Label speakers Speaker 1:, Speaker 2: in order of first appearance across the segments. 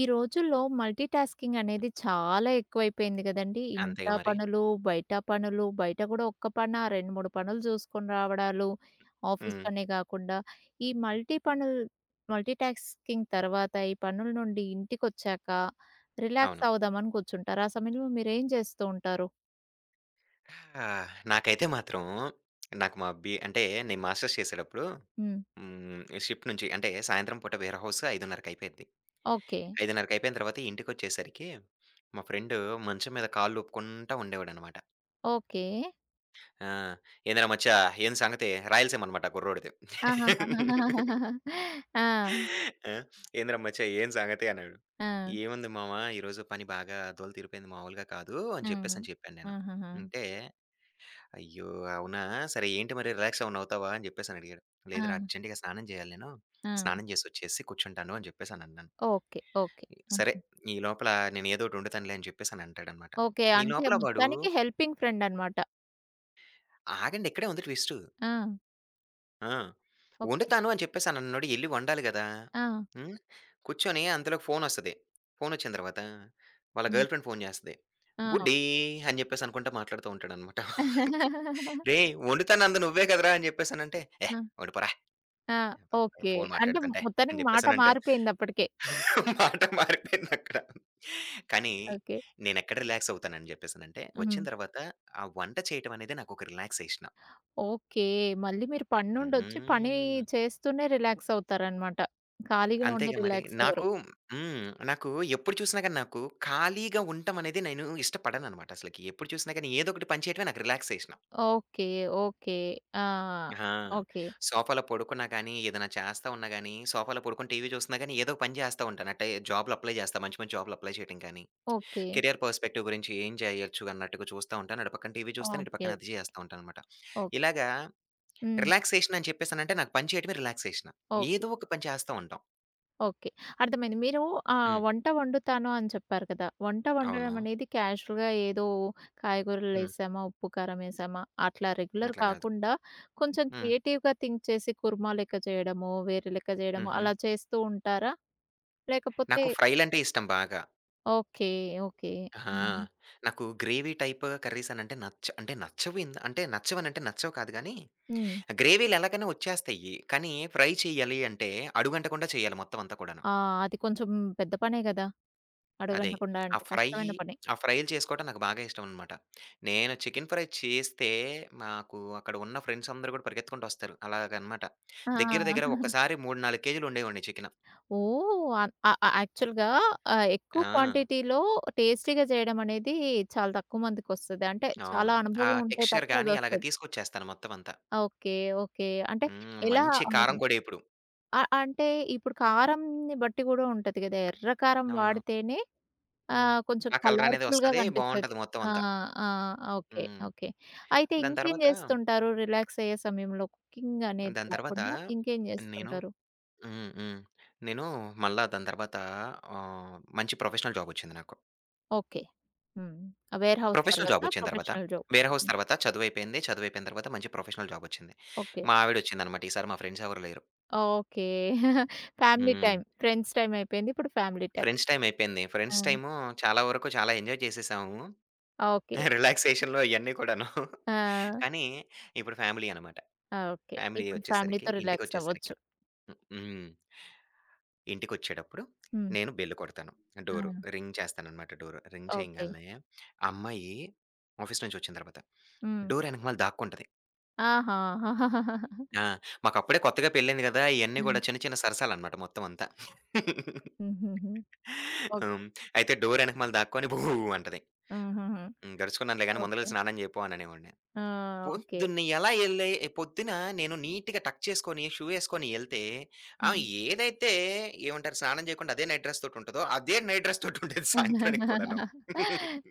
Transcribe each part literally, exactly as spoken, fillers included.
Speaker 1: ఈ రోజుల్లో multi tasking అనేది చాలా ఎక్కువైపోయింది కదండీ!
Speaker 2: అంతేగా
Speaker 1: ఇంట్లో
Speaker 2: మరి.
Speaker 1: పనులు, బయట పనులు, బయట కూడా ఒక్క పనా రెండు, మూడు పనులు చూసుకొని రావడాలు, ఆఫీస్
Speaker 2: హ్మ్.
Speaker 1: పనే కాకుండా ఈ మల్టీ పనులు మల్టీ టాస్కింగ్ తర్వాత ఈ పనుల నుండి ఇంటికొచ్చాక
Speaker 2: అవును.
Speaker 1: రిలాక్స్ అవుదామని కూర్చుంటారు. ఆ సమయంలో మీరేం చేస్తూ ఉంటారు?
Speaker 2: ఆ! నాకైతే మాత్రం నాకు మా బి అంటే నేను మాస్టర్స్ చేసేటప్పుడు
Speaker 1: హ్మ్.
Speaker 2: హ్మ్. షిఫ్ట్ నుంచి అంటే సాయంత్రం పూట వేర్ హౌస్ 5:30కి అయిపోయిద్ది.
Speaker 1: ఓకే.
Speaker 2: 5:30కి అయిపోయిన తర్వాత ఇంటికొచ్చేసరికి మా ఫ్రెండు మంచం మీద కాళ్ళు ఊపుకుంటా ఉండేవాడనమాట.
Speaker 1: ఓకే.
Speaker 2: ఆ! "ఏందిరా మచ్చా, ఏంది సంగతి?" రాయలసీమ అనమాట ఆ కుర్రోడిది.
Speaker 1: ఆహాహా! ఆ!
Speaker 2: ఆ! "ఏందిరా మచ్చా, ఏం సంగతి?" అన్నాడు.
Speaker 1: ఆ!
Speaker 2: "ఏముంది మామ, ఈరోజు పని బాగా దోల తీరిపోయింది, మామూలుగా కాదు" అని చెప్పేసి
Speaker 1: హ్మ్.
Speaker 2: అని చెప్పాను నేను.
Speaker 1: ఆహాహా!
Speaker 2: అంటే అయ్యో, అవునా? సరే, ఏంటి మరి, రిలాక్స్ ఏమన్నా అవుతావా? అని జెప్పేసని అడిగాడు.
Speaker 1: ఆ!
Speaker 2: లేదురా, అర్జెంట్‌గా స్నానం జేయాలి నేను.
Speaker 1: ఆ!
Speaker 2: స్నానం జేసొచ్చేసి కూర్చుంటాను అని జెప్పేసనన్నాను.
Speaker 1: ఓకే. ఓకే.
Speaker 2: సరే,
Speaker 1: హ్మ్.
Speaker 2: ఈ లోపల నేను ఏదోటి వండుతానులే అని జెప్పేసని అంటాడనమాట.
Speaker 1: ఓకే.
Speaker 2: ఈ
Speaker 1: అంటే
Speaker 2: లోపల వాడు
Speaker 1: మొత్తానికి హెల్పింగ్ ఫ్రెండ్ అన్నమాట.
Speaker 2: ఆగండి, ఇక్కడే ఉంది ట్విస్టు.
Speaker 1: ఆ!
Speaker 2: ఆ!
Speaker 1: ఓకే.
Speaker 2: వండుతాను అని చెప్పేసనన్నోడు ఎళ్లి వండాలి గదా!
Speaker 1: ఆ!
Speaker 2: హ్మ్. కూర్చొని అంతలోకి ఫోనొస్తది. ఫోనొచ్చిన తర్వాత వాళ్ళ
Speaker 1: హ్మ్.
Speaker 2: గర్ల్ ఫ్రెండ్ ఫోను జేస్తది.
Speaker 1: ఆ!
Speaker 2: "బుడ్డీ" అని జెప్పేసనుకుంటా మాట్లాడుతూ ఉంటాడనమాట. "రేయ్! వండుతానంది నువ్వే కదరా!" అని జెప్పేసనంటే, "ఏహ్!
Speaker 1: ఆ!
Speaker 2: వండిపోరా."
Speaker 1: ఆ!
Speaker 2: అబద్ధం.
Speaker 1: ఓకే.
Speaker 2: ఫోను
Speaker 1: అంటే
Speaker 2: మాట్లాడుతుంటే అని
Speaker 1: మొత్తానికి మాట
Speaker 2: జెప్పేసనంటే
Speaker 1: మారిపోయింది అప్పటికే.
Speaker 2: మాట మారిపోయిందక్కడ. కానీ
Speaker 1: ఓకే.
Speaker 2: నేనెక్కడ రిలాక్స్ అవుతానని జెప్పేసనంటే, వచ్చిన
Speaker 1: హ్మ్.
Speaker 2: తర్వాత ఆ వంట చేయటం అనేది నాకొక రిలాక్సేషను.
Speaker 1: ఓకే. మళ్ళీ మీరు పని నుండొచ్చి పని
Speaker 2: హ్మ్.
Speaker 1: చేస్తూనే రిలాక్స్ అవుతారన్నమాట. ఖాళీగా ఉండి
Speaker 2: అంతేగా మరి.
Speaker 1: రిలాక్స్ అవ్వరు.
Speaker 2: నాకు హ్మ్. నాకు ఎప్పుడు చూసినా గాని నాకు ఖాళీగా ఉండటం అనేది నేను ఇష్టపడననమాట అసలకి. ఎప్పుడు చూసినా గాని ఏదో ఒకటి పని చేయటమే నాకు రిలాక్సేషను.
Speaker 1: ఓకే. ఓకే. ఆ!
Speaker 2: ఆ!
Speaker 1: ఓకే.
Speaker 2: సోఫాలో పడుకున్నా గాని, ఏదైనా చేస్తా ఉన్నా గాని, సోఫాలో పడుకొని టీవీ చూస్తున్నా గాని ఏదో ఒక పని జేస్తా ఉంటాను. అంటే జాబ్‌లు అప్లై జేస్తా. మంచి మంచి జాబ్‌లు అప్లై చేయటం కానీ,
Speaker 1: ఓకే.
Speaker 2: కెరియర్ పర్స్‌పెక్టివ్ గురించి ఏం జేయొచ్చు అన్నట్టుగా చూస్తా ఉంటాను. అటు పక్కన టీవీ చూస్తాను. ఇటు
Speaker 1: ఓకే.
Speaker 2: పక్కన అది జేస్తా ఉంటాననమాట.
Speaker 1: ఓహ్!
Speaker 2: ఇలాగా
Speaker 1: హ్మ్.
Speaker 2: రిలాక్సేషన్ అని చెప్పేసనంటే నాకు పని చేయటమే రిలాక్సేషన్.
Speaker 1: ఓకే.
Speaker 2: ఏదో ఒక పని చేస్తా ఉంటాం.
Speaker 1: ఓకే. అర్థమైంది. మీరు ఆహ్,
Speaker 2: హ్మ్.
Speaker 1: వంట వండుతాను అని చెప్పారు కదా! వంట
Speaker 2: అవును.
Speaker 1: వండడం అనేది క్యాజువల్‌గా ఏదో
Speaker 2: హ్మ్.
Speaker 1: కాయగూరలేసామా, ఉప్పు, కారం ఏసామా అట్లా రెగ్యులర్
Speaker 2: అట్లా గాదు.
Speaker 1: కాకుండా కొంచెం
Speaker 2: హ్మ్.
Speaker 1: క్రియేటివ్‌గా థింక్ చేసి కుర్మా లెక్క చేయడమో, వేరే లెక్క చేయడమో
Speaker 2: హుహు.
Speaker 1: అలా చేస్తూ ఉంటారా? లేకపోతే
Speaker 2: నాకు ఫ్రైలంటే ఇష్టం బాగా.
Speaker 1: ఓకే. ఓకే.
Speaker 2: ఆ!
Speaker 1: ఆ!
Speaker 2: నాకు గ్రేవీ టైప్ కర్రీస్ అనంటే నచ్చ అంటే నచ్చవు ఇంద అంటే నచ్చవనంటే నచ్చవు కాదు గానీ
Speaker 1: హ్మ్.
Speaker 2: గ్రేవీ‌లు ఎలాగైనా వచ్చేస్తాయి. కానీ ఫ్రై చేయాలి అంటే అడుగంటకుండా చేయాలి మొత్తం అంతా కూడాను.
Speaker 1: ఆ! అది కొంచెం పెద్ద పనే గదా!
Speaker 2: అదే.
Speaker 1: అడుగంటకుండా
Speaker 2: ఆ
Speaker 1: అంటే
Speaker 2: ఫ్రైయి
Speaker 1: కష్టమైన పని.
Speaker 2: ఆ ఫ్రైలు చేసుకోవటం నాకు బాగా ఇష్టమనమాట. నేను చికెన్ ఫ్రై చేస్తే మాకు అక్కడ ఉన్న ఫ్రెండ్స్ అందరూ గూడా పరిగెత్తుకుంటొస్తారు. అలాగనమాట.
Speaker 1: ఆ!
Speaker 2: దగ్గర దగ్గర ఒక్కసారి మూడు, నాలుగు కేజీలు ఉండేవోడిని చికెను.
Speaker 1: ఓహ్! అన్ ఆ ఆ యాక్చువల్‌గా ఆహ్, ఎక్కువ
Speaker 2: ఆ!
Speaker 1: క్వాంటిటీలో టేస్టీగా చేయడం అనేది చాలా తక్కువ మందికొస్తది. అంటే
Speaker 2: అవును.
Speaker 1: చాలా
Speaker 2: ఆ
Speaker 1: అనుభవం ఉంటే
Speaker 2: టెక్స్చర్
Speaker 1: తప్ప
Speaker 2: గాని అలాగ
Speaker 1: అదొస్తది.
Speaker 2: తీసుకొచ్చేస్తాను మొత్తం అంతా.
Speaker 1: ఓకే. ఓకే. అంటే
Speaker 2: హ్మ్.
Speaker 1: ఎలా
Speaker 2: మంచి కారం
Speaker 1: హ్మ్.
Speaker 2: పొడి ఇప్పుడు.
Speaker 1: అ అంటే ఇప్పుడు కారంని బట్టి గూడా ఉంటది గదా! ఎర్ర కారం
Speaker 2: అవును.
Speaker 1: వాడితేనే
Speaker 2: హ్మ్.
Speaker 1: ఆహ్, కొంచెం
Speaker 2: ఆ కలరనేది
Speaker 1: కలర్‌ఫుల్‌గా
Speaker 2: వస్తది.
Speaker 1: కనిపిస్తది.
Speaker 2: బావుంటది మొత్తం
Speaker 1: ఆ!
Speaker 2: అంతా.
Speaker 1: ఆ! ఓకే.
Speaker 2: హ్మ్.
Speaker 1: ఓకే. అయితే
Speaker 2: దాని
Speaker 1: ఇంకేం
Speaker 2: తర్వాత
Speaker 1: జేస్తుంటారు రిలాక్స్ అయ్యే సమయంలో కుకింగ్ అనేది
Speaker 2: దాని తర్వాత
Speaker 1: కాకుండా ఇంకేం
Speaker 2: నేను
Speaker 1: జేస్తుంటారు?
Speaker 2: హ్మ్. హ్మ్. నేను మళ్ళా దాని తర్వాత ఆహ్, మంచి ప్రొఫెషనల్ జాబొచ్చింది నాకు.
Speaker 1: ఓకే. హ్మ్. వేర్‌హౌస్
Speaker 2: ప్రొఫెషనల్
Speaker 1: తర్వాత
Speaker 2: జాబొచ్చిన తర్వాత,
Speaker 1: ప్రొఫెషనల్ జాబ్.
Speaker 2: వేర్‌హౌస్
Speaker 1: హ్మ్.
Speaker 2: తర్వాత చదువయిపోయింది. చదువయిపోయిన తర్వాత మంచి ప్రొఫెషనల్ జాబొచ్చింది.
Speaker 1: ఓకే.
Speaker 2: మా ఆవిడొచ్చిందనమాట. ఈసారి మా ఫ్రెండ్స్ ఎవరు లేరు.
Speaker 1: ఓకే. ఫ్యామిలీ
Speaker 2: హ్మ్.
Speaker 1: టైమ్, ఫ్రెండ్స్ టైమ్ అయిపోయింది. ఇప్పుడు ఫ్యామిలీ టైమ్.
Speaker 2: ఫ్రెండ్స్ టైమ్ అయిపోయింది.
Speaker 1: ఆ!
Speaker 2: ఫ్రెండ్స్ టైము చాలా వరకు చాలా ఎంజాయ్ చేసేసాము.
Speaker 1: ఓకే.
Speaker 2: రిలాక్సేషన్‌లో ఇయన్నీ కూడాను.
Speaker 1: ఆ!
Speaker 2: కానీ ఇప్పుడు ఫ్యామిలీ అనమాట.
Speaker 1: ఆ! ఓకే.
Speaker 2: ఫ్యామిలీ
Speaker 1: ఇప్పుడు
Speaker 2: ఒచ్చేసరికి
Speaker 1: ఫ్యామిలీతో రిలాక్స్ అవ్వచ్చు.
Speaker 2: ఇంటికొచ్చేసరికి హ్మ్. హ్మ్. ఇంటికొచ్చేటప్పుడు
Speaker 1: హ్మ్.
Speaker 2: నేను బెల్ కొడతాను.
Speaker 1: ఆ!
Speaker 2: డోరు. రింగ్ చేస్తాననమాట డోరు. Ring
Speaker 1: okay.
Speaker 2: చేయంగాల్నే, ఆ అమ్మాయి ఆఫీస్ నుంచొచ్చిన తర్వాత
Speaker 1: హ్మ్.
Speaker 2: డోర్ ఎనకమాల దాక్కుంటది.
Speaker 1: ఆహా!
Speaker 2: ఆ! మాకప్పుడే కొత్తగా పెళ్ళయింది గదా! ఇయన్నీ గూడా
Speaker 1: హ్మ్.
Speaker 2: చిన్న చిన్న సరసాలనమాట మొత్తం అంతా.
Speaker 1: హుహుహు. ఓకే.
Speaker 2: హ్మ్. అయితే డోర్ ఎనకమాల దాక్కొని భూ అంటది.
Speaker 1: ఆహాహా!
Speaker 2: హ్మ్. "దడుచుకున్నానులే గానీ
Speaker 1: ఓకే.
Speaker 2: ముందరెళ్ళి స్నానం జేయి పో" అననేవాడిని.
Speaker 1: ఆ! ఓకే.
Speaker 2: పొద్దున్న ఎలా ఎళ్ళే పొద్దున నేను నీట్‌గా టక్ చేసుకొని, షూ యేసుకొని ఎళ్తే ఆహ్,
Speaker 1: హ్మ్.
Speaker 2: ఏదైతే ఏమంటారు స్నానం జేయకుండా అదే నైట్ డ్రెస్ తోటుంటదో, అదే నైట్ డ్రెస్ తోటుండేది సాయంత్రానికి కూడాను.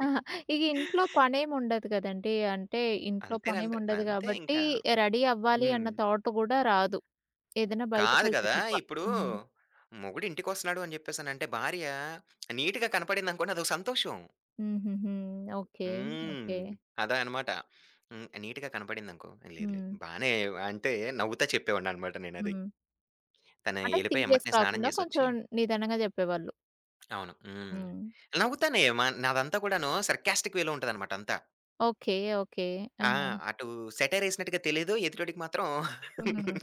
Speaker 1: ఆహా! ఇగ ఇంట్లో పనేముండదు గదండీ. అంటే ఇంట్లో
Speaker 2: అంతేనంట.
Speaker 1: పనేముండదు
Speaker 2: అంతే
Speaker 1: గాబట్టి
Speaker 2: ఇంకా.
Speaker 1: రెడీ అవ్వాలి
Speaker 2: హ్మ్.
Speaker 1: అన్న థాట్ గూడా రాదు. ఏదైనా
Speaker 2: కాదు
Speaker 1: బయటికెళ్తే
Speaker 2: గదా!
Speaker 1: తప్ప.
Speaker 2: ఇప్పుడు
Speaker 1: హ్మ్.
Speaker 2: మొగుడు ఇంటికొస్తున్నాడు అని జెప్పేసనంటే, భార్య నీట్‌గా కనపడిందనుకోండి అదొక సంతోషం.
Speaker 1: హుహుహు. ఓకే.
Speaker 2: హ్మ్.
Speaker 1: ఓకే.
Speaker 2: అదా అనమాట. హ్మ్. నీట్‌గా కనపడిందనుకో, లేదు లేదు,
Speaker 1: హ్మ్.
Speaker 2: బానే. అంటే నవ్వుతా చెప్పేవాడిననమాట నేనది.
Speaker 1: హ్మ్.
Speaker 2: తను
Speaker 1: అంటే
Speaker 2: ఎళ్ళిపోయి
Speaker 1: సీరియస్
Speaker 2: ఎమ్మటనే స్నానం
Speaker 1: కాకుండా
Speaker 2: జేసొచ్చి
Speaker 1: కొంచెం నిదానంగా జెప్పేవాళ్ళు.
Speaker 2: అవును. హ్మ్.
Speaker 1: హ్మ్.
Speaker 2: నవ్వుతానే మ నాదంతా కూడాను సర్కాస్టిక్ వేలో ఉంటదనమాట అంతా.
Speaker 1: ఓకే. ఓకే. ఆ!
Speaker 2: ఆ! అటు సెటైర్ ఏసినట్టుగా తెలీదు. ఎదుటోడికి మాత్రం
Speaker 1: హ్మ్.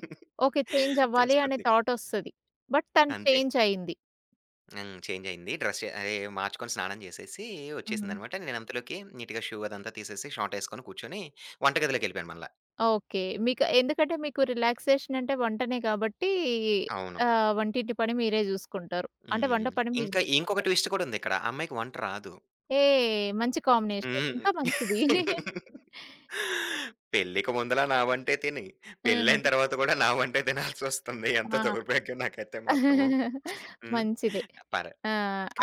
Speaker 1: ఓకే. చేంజ్ అవ్వాలి అనే
Speaker 2: తెలిసిపోద్ది.
Speaker 1: థాట్ ఒస్తది. బట్ తను
Speaker 2: అంతే.
Speaker 1: చేంజ్ అయింది.
Speaker 2: హ్మ్. చేంజ్ అయింది. డ్రెస్ అదే మార్చుకొని స్నానం చేసేసి
Speaker 1: హ్మ్.
Speaker 2: వచ్చేసిందనమాట. నేనంతలోకి నీట్‌గా షూ అదంతా తీసేసి షార్టేసుకొని కూర్చొని వంటగదిలోకెళ్ళిపోయాను మళ్ళా.
Speaker 1: ఓకే. మీకు ఎందుకంటే మీకు రిలాక్సేషన్ అంటే వంటనే కాబట్టి
Speaker 2: అవును.
Speaker 1: ఆహ్, వంటింటి పని మీరే జూసుకుంటారు. అంటే వంట
Speaker 2: హ్మ్.
Speaker 1: పని మీరు
Speaker 2: ఇంకా ఇంకొక
Speaker 1: జూసుకుంటారు.
Speaker 2: ట్విస్ట్ కూడా ఉందిక్కడ. ఆ అమ్మాయికి వంట రాదు.
Speaker 1: ఏ మంచి కాంబినేషన్.
Speaker 2: హ్మ్.
Speaker 1: ఇంకా మంచిది.
Speaker 2: పెళ్ళికి ముందల నా వంటే తిని,
Speaker 1: హ్మ్.
Speaker 2: పెళ్ళైన తర్వాత కూడా నా వంటే తినాల్సొస్తుంది. ఎంత
Speaker 1: ఆ!
Speaker 2: దౌర్భాగ్యం నాకైతే మాత్రం. హ్మ్.
Speaker 1: మంచిది.
Speaker 2: పర్
Speaker 1: ఆ!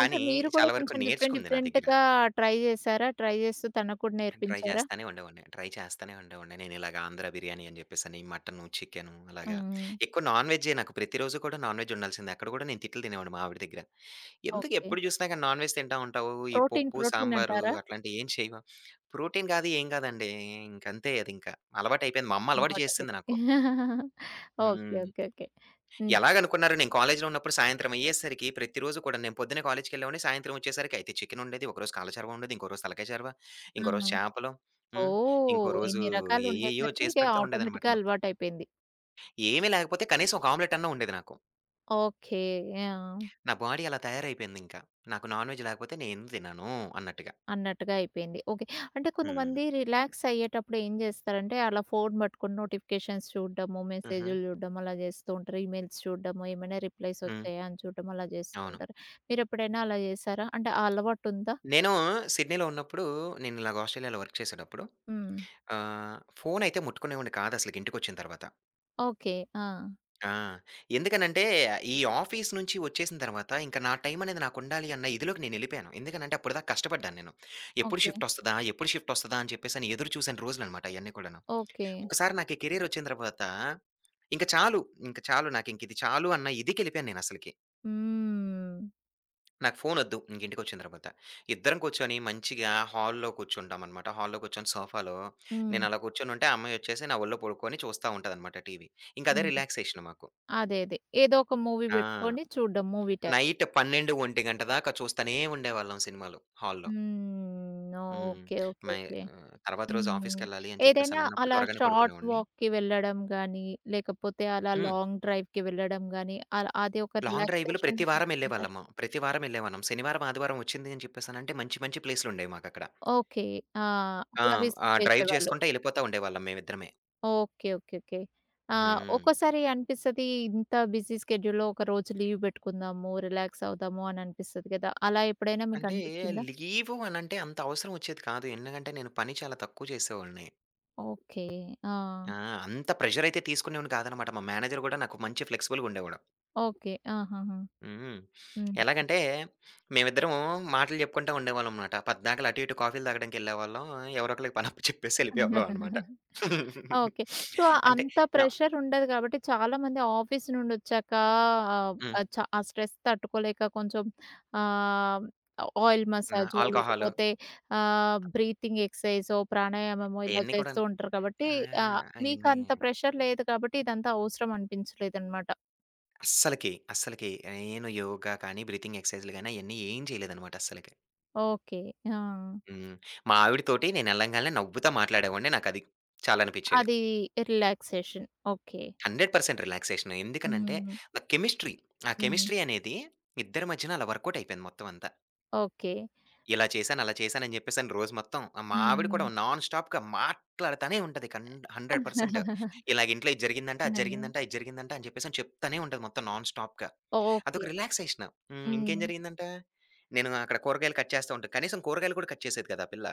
Speaker 1: అంటే మీరు కూడా
Speaker 2: చాలా వరకు
Speaker 1: కొంచెం డిఫరెంట్
Speaker 2: నేర్చుకుంది నా దగ్గర.
Speaker 1: డిఫరెంట్‌గా ట్రై జేశారా? ట్రై జేస్తూ తనకు కూడా
Speaker 2: నేను ట్రై
Speaker 1: నేర్పించారా?
Speaker 2: చేస్తానే ఉండేవాడిని. ట్రై చేస్తానే ఉండేవాడిని. నేనిలాగ ఆంధ్ర బిర్యానీ అని జెప్పేసని, మటను, చికెను అలాగా.
Speaker 1: హ్మ్.
Speaker 2: ఎక్కువ నాన్ వెజ్జే, నాకు ప్రతిరోజు కూడా నాన్ వెజ్ ఉండాల్సిందే. అక్కడ గూడా నేను తిట్లు తినేవాడిని మా ఆవిడ దగ్గర. ఎందుకు
Speaker 1: ఓకే.
Speaker 2: ఎప్పుడు జూసినా గాని నాన్ వెజ్ తింటా ఉంటావు. ఈ
Speaker 1: ప్రోటీన్,
Speaker 2: పప్పు,
Speaker 1: ప్రోటీన్
Speaker 2: సాంబారు
Speaker 1: అంటారా?
Speaker 2: అట్లాంటియి ఏం చేయవా? ప్రోటీన్ గాదు, ఏం గాదండి. ఇంకంతే అదింక. అలవాటయిపోయింది. మా అమ్మ
Speaker 1: ఆ!
Speaker 2: అలవాటు
Speaker 1: వాటర్
Speaker 2: చేసేసింది నాకు.
Speaker 1: మిలన్. ఓకే.
Speaker 2: హ్మ్.
Speaker 1: ఓకే. ఓకే. హ్మ్.
Speaker 2: ఎలాగనుకున్నారు, నేను కాలేజ్‌లో ఉన్నప్పుడు సాయంత్రం అయ్యేసరికి ప్రతిరోజు కూడా నేను పొద్దున్నే కాలేజ్‌కెళ్ళేవాడిని. సాయంత్రం వచ్చేసరికి అయితే చికెన్ ఉండేది. ఒకరోజు కాల చర్వ ఉండేది. ఇంకో రోజు తలకాయ చర్వ,
Speaker 1: ఆ!
Speaker 2: ఇంకో రోజు చేపలు. హ్మ్. ఇంకో
Speaker 1: ఓహ్!
Speaker 2: రోజు
Speaker 1: ఇన్ని
Speaker 2: ఏయేయో
Speaker 1: రకాలుండేసరికి
Speaker 2: చేసి
Speaker 1: ఇక
Speaker 2: పెడతా ఉండేదనమాట
Speaker 1: ఆటోమేటిక్‌గా
Speaker 2: మొత్తం.
Speaker 1: అలవాటయిపోయింది.
Speaker 2: ఏమీ లేకపోతే కనీసం ఒక ఆమ్లెట్ అన్నా ఉండేది నాకు.
Speaker 1: ఓకే. ఆ!
Speaker 2: నా బాడీ అలా తయారైపోయిందింక. నాకు నాన్ వెజ్ లేకపోతే నేను తినను అన్నట్టుగా.
Speaker 1: అన్నట్టుగా అయిపోయింది. ఓకే. అంటే
Speaker 2: హ్మ్.
Speaker 1: కొంతమంది రిలాక్స్ అయ్యేటప్పుడు ఏం జేస్తారంటే, అలా ఫోను పట్టుకొని నోటిఫికేషన్స్ చూడడము,
Speaker 2: హుహు.
Speaker 1: మెసేజులు చూడడం అలా జేస్తూ ఉంటారు. ఈమెయిల్స్ చూడడము, ఏమైనా రిప్లైస్
Speaker 2: హ్మ్.
Speaker 1: వచ్చాయా అని చూడడం అలా
Speaker 2: అవును.
Speaker 1: జేస్తుంటారు. మీరెప్పుడైనా అలా జేశారా? అంటే ఆ అలవాటుందా?
Speaker 2: నేను సిడ్నీలో ఉన్నప్పుడు, నేనిలాగ ఆస్ట్రేలియాలో వర్క్ చేసేటప్పుడు
Speaker 1: హ్మ్.
Speaker 2: ఆహ్, ఫోనయితే ముట్టుకునేవాడిని కాదసలకి ఇంటికొచ్చిన తర్వాత.
Speaker 1: ఓకే. ఆ!
Speaker 2: ఆ! ఎందుకనంటే, ఈ ఆఫీస్ నుంచి వచ్చేసిన తర్వాత, ఇంక నా టైం అనేది నాకుండాలి అన్న ఇదిలోకి నేనెళ్ళిపోయాను. ఎందుకనంటే, అప్పటిదాకా కష్టపడ్డాను నేను. ఎప్పుడు
Speaker 1: ఓకే.
Speaker 2: షిఫ్టొస్తదా? ఎప్పుడు షిఫ్టొస్తదా? అని చెప్పేసని ఎదురు చూసిన రోజులనమాట అయన్నీ కూడాను.
Speaker 1: ఓకే.
Speaker 2: ఒకసారి నాకు ఈ కెరియరొచ్చిన తర్వాత, ఇంక చాలు, ఇంక చాలు నాకింకిది చాలు అన్న ఇదికెళ్ళిపోయాను నేనసలకి.
Speaker 1: హ్మ్.
Speaker 2: నాకు ఫోనొద్దు ఇంకింటికొచ్చిన తర్వాత. ఇద్దరం కూర్చొని మంచిగా హాల్‌లో కూర్చుంటామనమాట. హాల్‌లో కూర్చొని సోఫాలో
Speaker 1: హ్మ్.
Speaker 2: నేనలా కూర్చొనుంటే, ఆ అమ్మాయొచ్చేసి నా ఒళ్ళో పడుకొని చూస్తా ఉంటదనమాట టీవీ. ఇంకదే
Speaker 1: హ్మ్.
Speaker 2: రిలాక్సేషన్ మాకు.
Speaker 1: అదే. అదే. ఏదో ఒక మూవీ
Speaker 2: ఆ!
Speaker 1: పెట్టుకొని చూడడం మూవీ టైమ్.
Speaker 2: నైట్ పన్నెండు, ఒకటి గంట దాకా చూస్తానే ఉండేవాళ్ళం సినిమాలు హాల్‌లో.
Speaker 1: హ్మ్.
Speaker 2: హ్మ్.
Speaker 1: ఓకే. ఓకే.
Speaker 2: My
Speaker 1: okay.
Speaker 2: ఆహ్, తర్వాత రోజు
Speaker 1: హ్మ్.
Speaker 2: ఆఫీస్‌కెళ్ళాలి అని
Speaker 1: ఏదైనా
Speaker 2: చెప్పేసనన్నప్పుడు
Speaker 1: అలా
Speaker 2: త్వరగానే
Speaker 1: షార్ట్
Speaker 2: పడుకునేవాడిని.
Speaker 1: వాక్‌కి వెళ్ళడం గాని, లేకపోతే అలా
Speaker 2: హ్మ్.
Speaker 1: లాంగ్ డ్రైవ్‌కి వెళ్ళడం గాని, అలా అది ఒక
Speaker 2: లాంగ్ డ్రైవ్‌లు
Speaker 1: రిలాక్సేషన్
Speaker 2: ప్రతి
Speaker 1: లాగా
Speaker 2: వారం
Speaker 1: పెట్టుకుంటారు.
Speaker 2: ఎళ్ళేవాళ్ళము. ప్రతి వారం ఎళ్ళేవాళ్ళం. శనివారం, ఆదివారం వచ్చింది అని చెప్పేసనంటే మంచి మంచి ప్లేసులుండేవి మాకక్కడ.
Speaker 1: ఓకే. ఆ!
Speaker 2: ఆ!
Speaker 1: అలా
Speaker 2: ఆ
Speaker 1: విసిట్
Speaker 2: డ్రైవ్
Speaker 1: చేసేవాళ్ళు.
Speaker 2: చేసుకుంటా ఎళ్ళిపోతా ఉండేవాళ్ళం మేమిద్దరమే.
Speaker 1: ఓకే. ఓకే. ఓకే. ఆ!
Speaker 2: హ్మ్.
Speaker 1: ఒక్కోసారి అనిపిస్తది ఇంత బిజీ స్కెడ్యూల్‌లో ఒక రోజు లీవ్ పెట్టుకుందాము, రిలాక్స్ అవుదాము అని అనిపిస్తది కదా! అలా ఎప్పుడైనా మీకు
Speaker 2: అంటే
Speaker 1: అనిపించిందా?
Speaker 2: లీవు అనంటే అంత అవసరం వచ్చేది కాదు. ఎందుకంటే నేను పని చాలా తక్కువ చేసేవాడిని.
Speaker 1: ఓకే. ఆ!
Speaker 2: ఆ! అంత ప్రెషర్ అయితే తీసుకునేవాడిని కాదనమాట. మా మేనేజర్ గూడా నాకు మంచి ఫ్లెక్సిబుల్‌గా ఉండేవాడు.
Speaker 1: ఓకే. ఆహాహా!
Speaker 2: హ్మ్.
Speaker 1: హ్మ్.
Speaker 2: ఎలాగంటే, మేమిద్దరం మాటలు చెప్పుకుంటా ఉండేవాళ్ళం మాట. పద్దాకల అటు, ఇటు కాఫీలు తాగడానికెళ్ళేవాళ్ళం. ఎవరో ఒకళ్ళకి పనప్ప చెప్పేసి ఎళ్ళిపోయేవాళ్ళం అనమాట.
Speaker 1: ఓకే. సో,
Speaker 2: అంటే
Speaker 1: అంత
Speaker 2: నా
Speaker 1: ప్రెషర్ ఉండదు కాబట్టి చాలామంది ఆఫీస్ నుండొచ్చాక ఆహ్,
Speaker 2: హ్మ్.
Speaker 1: ఆహ్, చ ఆ స్ట్రెస్ తట్టుకోలేక కొంచెం ఆహ్, ఆయిల్
Speaker 2: హ్మ్.
Speaker 1: మసాజో
Speaker 2: ఆల్కహాలు
Speaker 1: లేకపోతే ఆహ్, బ్రీతింగ్ ఎక్సర్‌సైజో, ప్రాణాయామమో ఇలా
Speaker 2: అయన్నీ
Speaker 1: చేస్తూ
Speaker 2: కూడాను.
Speaker 1: ఉంటారు కాబట్టి
Speaker 2: ఆ!
Speaker 1: ఆహ్,
Speaker 2: అయన్నీ
Speaker 1: మీకంత ప్రెషర్ లేదు కాబట్టి ఇదంతా అవసరం అనిపించలేదనమాట.
Speaker 2: అస్సలకి, అస్సలకి నేను యోగా కానీ, బ్రీతింగ్ ఎక్సర్‌సైజ్‌లు గాని అయన్నీ ఏం చేయలేదనమాట అస్సలకి.
Speaker 1: ఓకే. ఆ!
Speaker 2: హ్మ్. మా ఆవిడతోటి నేనెళ్ళంగాల్నే నవ్వుతా మాట్లాడేవాడిని. నాకది చాలనిపిచ్చేది.
Speaker 1: అది రిలాక్సేషన్. ఓకే.
Speaker 2: వంద శాతం రిలాక్సేషన్. ఎందుకనంటే
Speaker 1: హ్మ్.
Speaker 2: ఆ కెమిస్ట్రీ, ఆ
Speaker 1: హ్మ్.
Speaker 2: కెమిస్ట్రీ అనేది ఇద్దరి మధ్యన అలా వర్కౌట్ అయిపోయింది మొత్తం అంతా.
Speaker 1: ఓకే.
Speaker 2: ఇలా చేశాను, అలా చేశాను అని చెప్పేసని రోజు మొత్తం ఆ మా
Speaker 1: హ్మ్.
Speaker 2: ఆవిడ కూడా
Speaker 1: హ్మ్.
Speaker 2: నాన్ స్టాప్‌గా మాట్లాడతానే ఉంటది. కన్ వంద శాతం ఇలాగ ఇంట్లో ఇది జరిగిందంట, అది జరిగిందంట, ఇది జరిగిందంట అని చెప్పేసని చెప్తానే ఉంటది మొత్తం నాన్ స్టాప్‌గా. అదొక
Speaker 1: ఓకే.
Speaker 2: రిలాక్సేషన్. హ్మ్. ఇంకేం
Speaker 1: హ్మ్.
Speaker 2: జరిగిందంట? నేను అక్కడ కూరగాయలు కట్ చేస్తా ఉంటా. కనీసం కూరగాయలు కూడా కట్ చేసేది కాదు ఆ పిల్ల.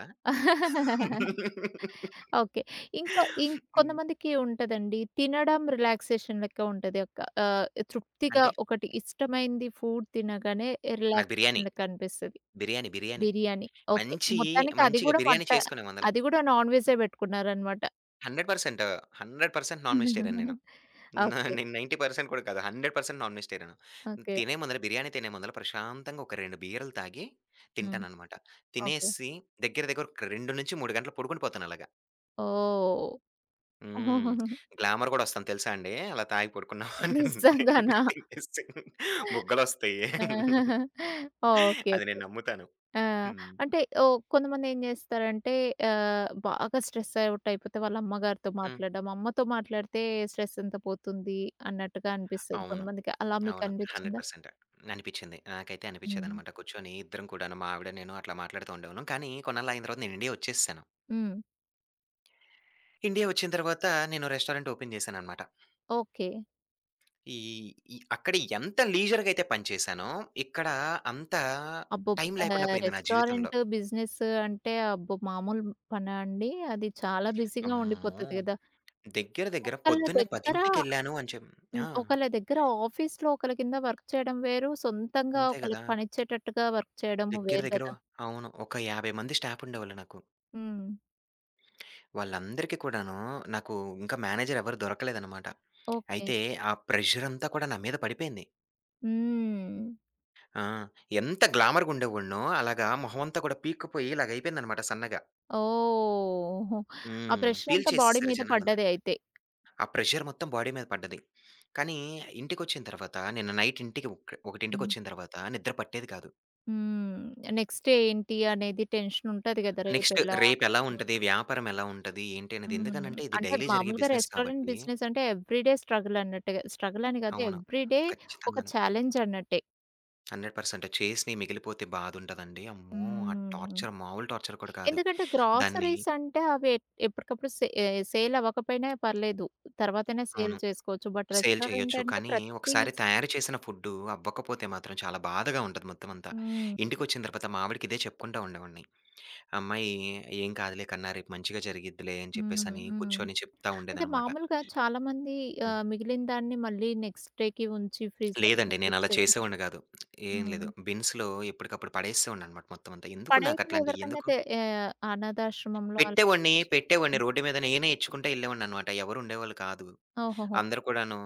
Speaker 1: ఓకే. ఇంకా
Speaker 2: హ్మ్.
Speaker 1: ఇంకొంతమందికి ఉంటదండి. తినడం రిలాక్సేషన్ లెక్క ఉంటది. ఒక ఆహ్, తృప్తిగా
Speaker 2: అంటే
Speaker 1: ఒకటి ఇష్టమైంది ఫుడ్ తినగానే
Speaker 2: నాకు బిర్యానీ,
Speaker 1: రిలాక్సేషన్ లెక్క అనిపిస్తది.
Speaker 2: బిర్యానీ, బిర్యానీ.
Speaker 1: బిర్యానీ. ఓకే.
Speaker 2: మంచి
Speaker 1: మొత్తానికి అది
Speaker 2: మంచిగా
Speaker 1: గూడా
Speaker 2: బిర్యానీ
Speaker 1: మట్ట
Speaker 2: చేసుకునే ముందల
Speaker 1: అది గూడా నాన్ వెజ్జే పెట్టుకున్నారనమాట.
Speaker 2: వంద శాతం వంద శాతం నాన్ వెజిటేరియన్ నేను. నా
Speaker 1: ఓకే.
Speaker 2: నేను తొంభై శాతం కూడా కాదు. వంద శాతం నాన్ వెజిటేరియన్.
Speaker 1: ఓకే.
Speaker 2: తినే ముందల బిర్యానీ తినే ముందల ప్రశాంతంగా ఒక రెండు బీర్లు తాగి
Speaker 1: హ్మ్.
Speaker 2: తింటాననమాట.
Speaker 1: ఓకే.
Speaker 2: తినేసి దగ్గర దగ్గర ఒక రెండు నుంచి మూడు గంటలు పడుకుండి పోతాను అలాగా.
Speaker 1: ఓహ్!
Speaker 2: హ్మ్. గ్లామర్ కూడా వస్తాను తెలుసా అండి. అలా తాగి పడుకున్నామనంటే
Speaker 1: నిజంగానా?
Speaker 2: తినేసి బుగ్గలొస్తాయి.
Speaker 1: ఓకే.
Speaker 2: అది నేను నమ్ముతాను.
Speaker 1: ఆ!
Speaker 2: హ్మ్.
Speaker 1: అంటే ఓహ్! కొంతమందేం జేస్తారంటే ఆహ్, బాగా స్ట్రెస్ అవుట్ అయిపోతే వాళ్ళ అమ్మగారితో
Speaker 2: హ్మ్.
Speaker 1: మాట్లాడడం. అమ్మతో మాట్లాడితే స్ట్రెస్ అంతా పోతుంది అన్నట్టుగా అనిపిస్తది
Speaker 2: అవును.
Speaker 1: కొంతమందికి. అలా
Speaker 2: అవును.
Speaker 1: మీకనిపిచ్చిందా?
Speaker 2: వంద శాతం అనిపిచ్చింది. నాకైతే
Speaker 1: హ్మ్.
Speaker 2: అనిపిచ్చేదనమాట. కూర్చొని ఇద్దరం కూడాను మా ఆవిడ, నేను అట్లా మాట్లాడుతూ ఉండేవాళ్ళం. కానీ కొన్నాళ్ళాగిన తర్వాత నేను ఇండియా ఒచ్చేసేసాను.
Speaker 1: హ్మ్.
Speaker 2: ఇండియా ఒచ్చిన తర్వాత నేను రెస్టారెంట్ ఓపెన్ జేశాననమాట.
Speaker 1: ఓకే.
Speaker 2: ఈ ఈ అక్కడ ఎంత లీజర్‌గయితే పని చేశానో, ఇక్కడ అంత
Speaker 1: అబ్బో!
Speaker 2: టైం లేకుండా
Speaker 1: ఆహ్,
Speaker 2: పోయింది నా జీవితంలో.
Speaker 1: రెస్టారెంట్ బిజినెస్ అంటే అబ్బో! మామూలు పనా అండి? అది చాలా బిజీగా
Speaker 2: అమ్మో!
Speaker 1: ఉండిపోతది గదా!
Speaker 2: దగ్గర దగ్గర
Speaker 1: ఒకళ్ళ
Speaker 2: పొద్దున్నే
Speaker 1: దగ్గర
Speaker 2: 10:00కెళ్ళాను అని చెప్
Speaker 1: హ్మ్.
Speaker 2: ఆ!
Speaker 1: ఒకళ్ళ దగ్గర ఆఫీస్‌లో ఒకళ్ళ కింద వర్క్ చేయడం వేరు. సొంతంగా
Speaker 2: అంతే గదా!
Speaker 1: ఒకళ్ళకి పనిచ్చేటట్టుగా వర్క్ చేయడము
Speaker 2: దగ్గర
Speaker 1: వేరు
Speaker 2: దగ్గర
Speaker 1: గదా!
Speaker 2: అవును. ఒక యాభై మంది స్టాఫ్ ఉండేవాళ్ళు నాకు.
Speaker 1: హ్మ్.
Speaker 2: వాళ్ళందరికీ కూడాను నాకు ఇంకా మేనేజర్ ఎవరు దొరకలేదనమాట.
Speaker 1: ఓకే.
Speaker 2: అయితే ఆ ప్రెషరంతా కూడా నా మీద పడిపోయింది.
Speaker 1: హ్మ్.
Speaker 2: ఆ! ఎంత గ్లామర్‌గా ఉండేవాడినో అలాగా మొహమంతా కూడా పీక్కుపోయి ఇలాగయిపోయిందనమాట సన్నగా.
Speaker 1: ఓహ్! ఆ
Speaker 2: హ్మ్.
Speaker 1: ప్రెషరంతా బాడీ
Speaker 2: పీల్చేసేసారు
Speaker 1: మీద
Speaker 2: జనాలందరూ.
Speaker 1: పడ్డది అయితే.
Speaker 2: ఆ ప్రెషర్ మొత్తం బాడీ మీద పడ్డది. కానీ ఇంటికొచ్చిన తర్వాత నిన్న నైట్ ఇంటికి ఒక్
Speaker 1: హ్మ్.
Speaker 2: ఒకటింటికొచ్చిన తర్వాత నిద్ర పట్టేది కాదు.
Speaker 1: హ్మ్. నెక్స్ట్ ఏంటి అనేది టెన్షన్ ఉంటది గదా!
Speaker 2: నెక్స్ట్
Speaker 1: రేపెలా
Speaker 2: రేపెలా ఉంటది? వ్యాపారం ఎలా ఉంటది? ఏంటి అనేది?
Speaker 1: హ్మ్.
Speaker 2: ఎందుకనంటే ఇది
Speaker 1: అంటే
Speaker 2: డైలీ జరిగే
Speaker 1: మామూలుగా
Speaker 2: బిజినెస్
Speaker 1: రెస్టారెంట్
Speaker 2: కాబట్టి
Speaker 1: బిజినెస్ అంటే ఎవ్రీ డే స్ట్రగుల్ అన్నట్టుగా. స్ట్రగుల్ అని కాదు
Speaker 2: అవును.
Speaker 1: ఎవ్రీ డే ఒక
Speaker 2: ఖచ్చితంగాను.
Speaker 1: ఛాలెంజ్ అన్నట్టే.
Speaker 2: వంద శాతం చేసినయి మిగిలిపోతే బాధుంటదండి. అమ్మో! ఆ
Speaker 1: హ్మ్.
Speaker 2: టార్చర్ మామూలు టార్చర్ కూడా కాదు.
Speaker 1: ఎందుకంటే
Speaker 2: దాన్ని
Speaker 1: గ్రాసరీస్ అంటే అవి ఎ ఎప్పటికప్పుడు సే సేల్ అవ్వకపోయినా పర్లేదు. తర్వాతైనా సేల్
Speaker 2: అవును.
Speaker 1: చేసుకోవచ్చు. బట్
Speaker 2: సేల్
Speaker 1: రెస్టారెంట్
Speaker 2: చేయొచ్చు.
Speaker 1: అంటే
Speaker 2: కానీ
Speaker 1: ప్రతి
Speaker 2: ఒకసారి తయారు చేసిన ఫుడ్డు అవ్వకపోతే మాత్రం చాలా బాధగా ఉంటది మొత్తం అంతా.
Speaker 1: హ్మ్.
Speaker 2: ఇంటికొచ్చిన తర్వాత మా ఆవిడకి ఇదే చెప్పుకుంటా ఉండేవాడిని. అమ్మాయి "ఏం కాదులే కన్నా, రేపు మంచిగా జరిగిద్దిలే" అని
Speaker 1: హ్మ్.
Speaker 2: చెప్పేసని
Speaker 1: హ్మ్.
Speaker 2: కూర్చొని చెప్తా
Speaker 1: అంటే
Speaker 2: ఉండేదనమాట.
Speaker 1: మామూలుగా చాలామంది
Speaker 2: హ్మ్.
Speaker 1: ఆహ్, మిగిలిన దాన్ని మళ్ళీ నెక్స్ట్ డేకి ఉంచి ఫ్రీజర్‌లో
Speaker 2: లేదండి, నేనలా
Speaker 1: పెట్టిచ్చేవారు.
Speaker 2: చేసేవాడిని కాదు. ఏం లేదు.
Speaker 1: హ్మ్.
Speaker 2: బిన్స్‌లో ఎప్పటికప్పుడు పడేసేవాడిననమాట మొత్తం అంతా. ఎందుకు
Speaker 1: పడేయకుండా
Speaker 2: నాకట్లాంటియి,
Speaker 1: ఎవరికన్నా
Speaker 2: ఎందుకు
Speaker 1: తె ఆహ్, అనాథాశ్రమంలో అలా
Speaker 2: పెట్టేవాడిని,
Speaker 1: ఇవ్వచ్చు.
Speaker 2: పెట్టేవాడిని,
Speaker 1: హ్మ్.
Speaker 2: రోడ్డు మీద నేనే ఇచ్చుకుంటా ఎళ్ళేవాడిననమాట. ఎవరు ఉండేవాళ్ళు కాదు.
Speaker 1: ఓహోహో!
Speaker 2: అందరూ కూడాను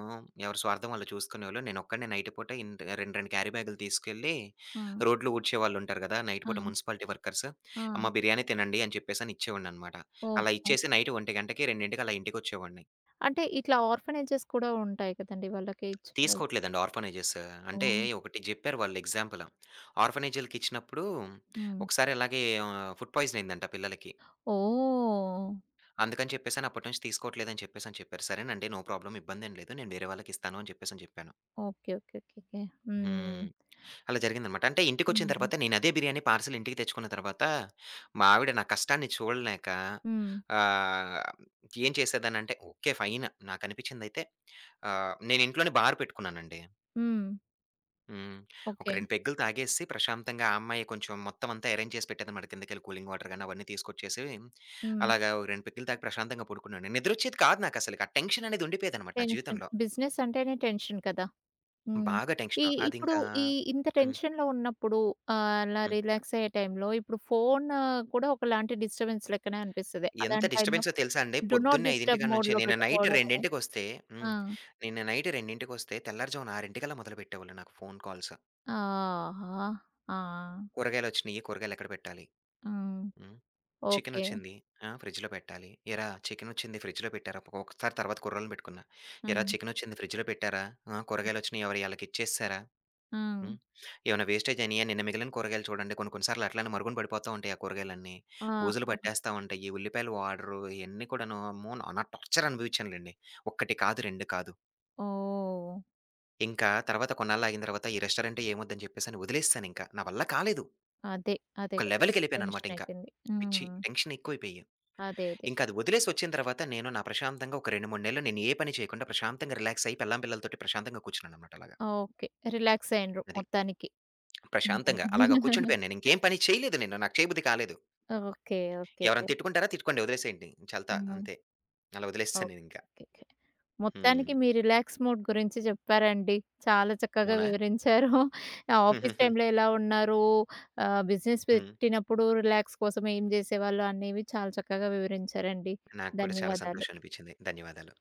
Speaker 2: ఎవరి స్వార్థం వాళ్ళు చూసుకునేవాళ్ళు. నేనొక్కడినే నైట్ పూట ఇంత రెండు రెండు క్యారీ బ్యాగులు తీసుకెళ్ళి
Speaker 1: ఆ!
Speaker 2: రోడ్లు ఊడ్చేవాళ్ళుంటారు గదా, నైట్
Speaker 1: ఆ!
Speaker 2: పూట మున్సిపాలిటీ వర్కర్స్.
Speaker 1: ఆ!
Speaker 2: అమ్మ బిర్యానీ తినండి అని చెప్పేసని ఇచ్చేవాడిననమాట. అలా
Speaker 1: ఓహో!
Speaker 2: ఇచ్చేసి నైట్ 1:00కి, 2:00కి అలా ఇంటికొచ్చేవాడిని.
Speaker 1: అంటే ఇట్లా ఆర్ఫనేజెస్ కూడా ఉంటాయి కదండీ! వాళ్ళకి ఇచ్చిన వాళ్ళు.
Speaker 2: తీసుకోవట్లేదండి ఆర్ఫనైజెస్. అంటే
Speaker 1: ఓహ్!
Speaker 2: ఒకటి జెప్పారు వాళ్ళు ఎగ్జాంపుల్. ఆర్ఫనైజులకిచ్చినప్పుడు
Speaker 1: హ్మ్.
Speaker 2: ఒకసారి అలాగే ఆహ్, ఫుడ్ పాయిజన్ అయిందంట పిల్లలకి.
Speaker 1: ఓహ్!
Speaker 2: అందుకని చెప్పేసని అప్పటి నుంచి తీసుకోవట్లేదని చెప్పేసని చెప్పారు. సరేనండి. నో ప్రాబ్లమ్, ఇబ్బందేం లేదు. నేను వేరే వాళ్ళకిస్తాను అని చెప్పేసని జెప్పాను.
Speaker 1: ఓకే. ఓకే. ఓకే. ఓకే. హ్మ్.
Speaker 2: హ్మ్. అలా జరిగిందనమాట. అంటే ఇంటికొచ్చిన
Speaker 1: హ్మ్.
Speaker 2: తర్వాత నేనదే బిర్యానీ పార్సెల్ ఇంటికి తెచ్చుకున్న తర్వాత, మా ఆవిడ నా కష్టాన్ని చూడలేక
Speaker 1: హ్మ్.
Speaker 2: ఆహ్, ఏం చేసేదానంటే ఓకే, ఫైన్. నాకనిపించిందయితే ఆహ్, నేను ఇంట్లోనే బార్ పెట్టుకున్నానండి.
Speaker 1: హ్మ్.
Speaker 2: హ్మ్. ఒక
Speaker 1: ఓకే.
Speaker 2: రెండు పెగ్గులు తాగేసి ప్రశాంతంగా ఆ అమ్మాయే కొంచెం మొత్తం అంతా అరేంజ్ చేసి పెట్టేదనమాట. కిందకెళ్ళి కూలింగ్ వాటర్ గాని అవన్నీ తీసుకొచ్చేసి,
Speaker 1: హ్మ్.
Speaker 2: అలాగా ఓ రెండు పెగ్గులు తాగి ప్రశాంతంగా పడుకున్నాను. నిద్రొచ్చేది కాదు నాకసలకి. ఆ టెన్షన్ అనేది ఉండిపోయేదనమాట నా
Speaker 1: టెన్షన్.
Speaker 2: జీవితంలో.
Speaker 1: బిజినెస్ అంటేనే టెన్షన్ కదా! హ్మ్.
Speaker 2: బాగా
Speaker 1: ఈ
Speaker 2: టెన్షన్.
Speaker 1: ఇప్పుడు
Speaker 2: అదింకా
Speaker 1: ఈ ఇంత
Speaker 2: హ్మ్.
Speaker 1: టెన్షన్‌లో ఉన్నప్పుడు ఆహ్, అలా
Speaker 2: హ్మ్.
Speaker 1: రిలాక్స్ అయ్యే టైంలో ఇప్పుడు ఫోన్ కూడా ఒకలాంటి డిస్టర్బెన్స్ లెక్కనే అనిపిస్తది.
Speaker 2: ఎంత
Speaker 1: అలాంటి టైంలో
Speaker 2: డిస్టర్బెన్సో తెలుసా అండి?
Speaker 1: డు నాట్
Speaker 2: పొద్దున్నే 5
Speaker 1: డిస్టర్బ్
Speaker 2: కాడ నుంచే
Speaker 1: మోడ్‌లో
Speaker 2: నేను నైట్
Speaker 1: పెట్టుకోవడము.
Speaker 2: 2కి
Speaker 1: ఆ!
Speaker 2: హ్మ్. నేను నైట్ 2కి తెల్లారుజామున ఆరు కల్లా మొదలుపెట్టేవాళ్ళు నాకు ఫోను కాల్స్.
Speaker 1: ఆహా! ఆ!
Speaker 2: కూరగాయలొచ్చినియి, కూరగాయలెక్కడ పెట్టాలి?
Speaker 1: హ్మ్.
Speaker 2: హ్మ్.
Speaker 1: ఓకే.
Speaker 2: చికెనొచ్చింది. ఆ! ఫ్రిడ్జ్‌లో పెట్టాలి. ఏరా చికెనొచ్చింది, ఫ్రిడ్జ్‌లో పెట్టారా? ఒక్కొక్కసారి తర్వాత కుర్రోళ్ళని పెట్టుకున్నా. ఏరా
Speaker 1: హ్మ్.
Speaker 2: చికెనొచ్చింది, ఫ్రిడ్జ్‌లో పెట్టారా? ఆ! కూరగాయలొచ్చినియి, ఎవరియాళ్ళకిచ్చేసేసారా?
Speaker 1: హ్మ్.
Speaker 2: హ్మ్. ఏమైనా వేస్టేజ్ అయినయా? నిన్న మిగిలిన కూరగాయలు చూడండి. కొన్ని కొన్ని సార్లు అట్లనే మరుగున పడిపోతా ఉంటాయి ఆ కూరగాయలన్నీ.
Speaker 1: ఆ!
Speaker 2: బూజులు
Speaker 1: ఆ!
Speaker 2: పట్టేస్తా ఉంటాయి. ఈ ఉల్లిపాయలు వాడరు. ఇయన్నీ కూడాను, అమ్మో! నా టార్చర్ అనుభవించానులెండి. ఒక్కటి కాదు, రెండు కాదు.
Speaker 1: ఓహ్!
Speaker 2: ఇంకా తర్వాత కొన్నాళ్ళు ఆగిన తర్వాత ఈ రెస్టారెంటే ఏమొద్దని చెప్పేసని వదిలేసేసానింక. నా వల్ల కాలేదు.
Speaker 1: అదే. అదే
Speaker 2: ఒక
Speaker 1: కదా!
Speaker 2: లెవెల్‌కెళ్ళిపోయాననమాట
Speaker 1: టెన్షన్
Speaker 2: ఇంకా.
Speaker 1: అయిపోయింది.
Speaker 2: పిచ్చి,
Speaker 1: హ్మ్.
Speaker 2: టెన్షన్ ఎక్కువైపోయి.
Speaker 1: అదే. అదే.
Speaker 2: ఇంకా అది వదిలేసి వచ్చిన తర్వాత నేను నా ప్రశాంతంగా ఒక రెండు, మూడు నెలలు నేను ఏ పని చేయకుండా ప్రశాంతంగా రిలాక్స్ అయ్యి పెళ్ళాం పిల్లలతోటి ప్రశాంతంగా కూర్చున్నాననమాట అలాగా.
Speaker 1: ఓకే. రిలాక్స్ అయ్యిండ్రు
Speaker 2: అది.
Speaker 1: మొత్తానికి. హ్మ్.
Speaker 2: ప్రశాంతంగా అలాగా కూర్చుండిపోయాను నేను. ఇంకేం పని చేయలేదు నేను. నాకు చేయబుద్ధి కాలేదు.
Speaker 1: ఓకే. ఓకే.
Speaker 2: ఎవరైనా తిట్టుకుంటారా? తిట్టుకోండి, వదిలేసేయండి. చల్తా,
Speaker 1: హ్మ్.
Speaker 2: అంతే. అలా వదిలేసేసాను
Speaker 1: ఓకే.
Speaker 2: నేనింకా.
Speaker 1: ఓకే.
Speaker 2: హ్మ్.
Speaker 1: మొత్తానికి మీ రిలాక్స్ మోడ్ గురించి చెప్పారండి. చాలా చక్కగా
Speaker 2: అవునా?
Speaker 1: వివరించారు. ఆఫీస్ టైమ్‌లో ఎలా ఉన్నారు? ఆహ్, బిజినెస్
Speaker 2: హ్మ్.
Speaker 1: పెట్టినప్పుడు రిలాక్స్ కోసం ఏం జేసేవాళ్ళు అనేవి చాలా చక్కగా వివరించారండి.
Speaker 2: నాకు కూడా చాలా
Speaker 1: ధన్యవాదాలు.
Speaker 2: సంతోషం అనిపించింది. ధన్యవాదాలు.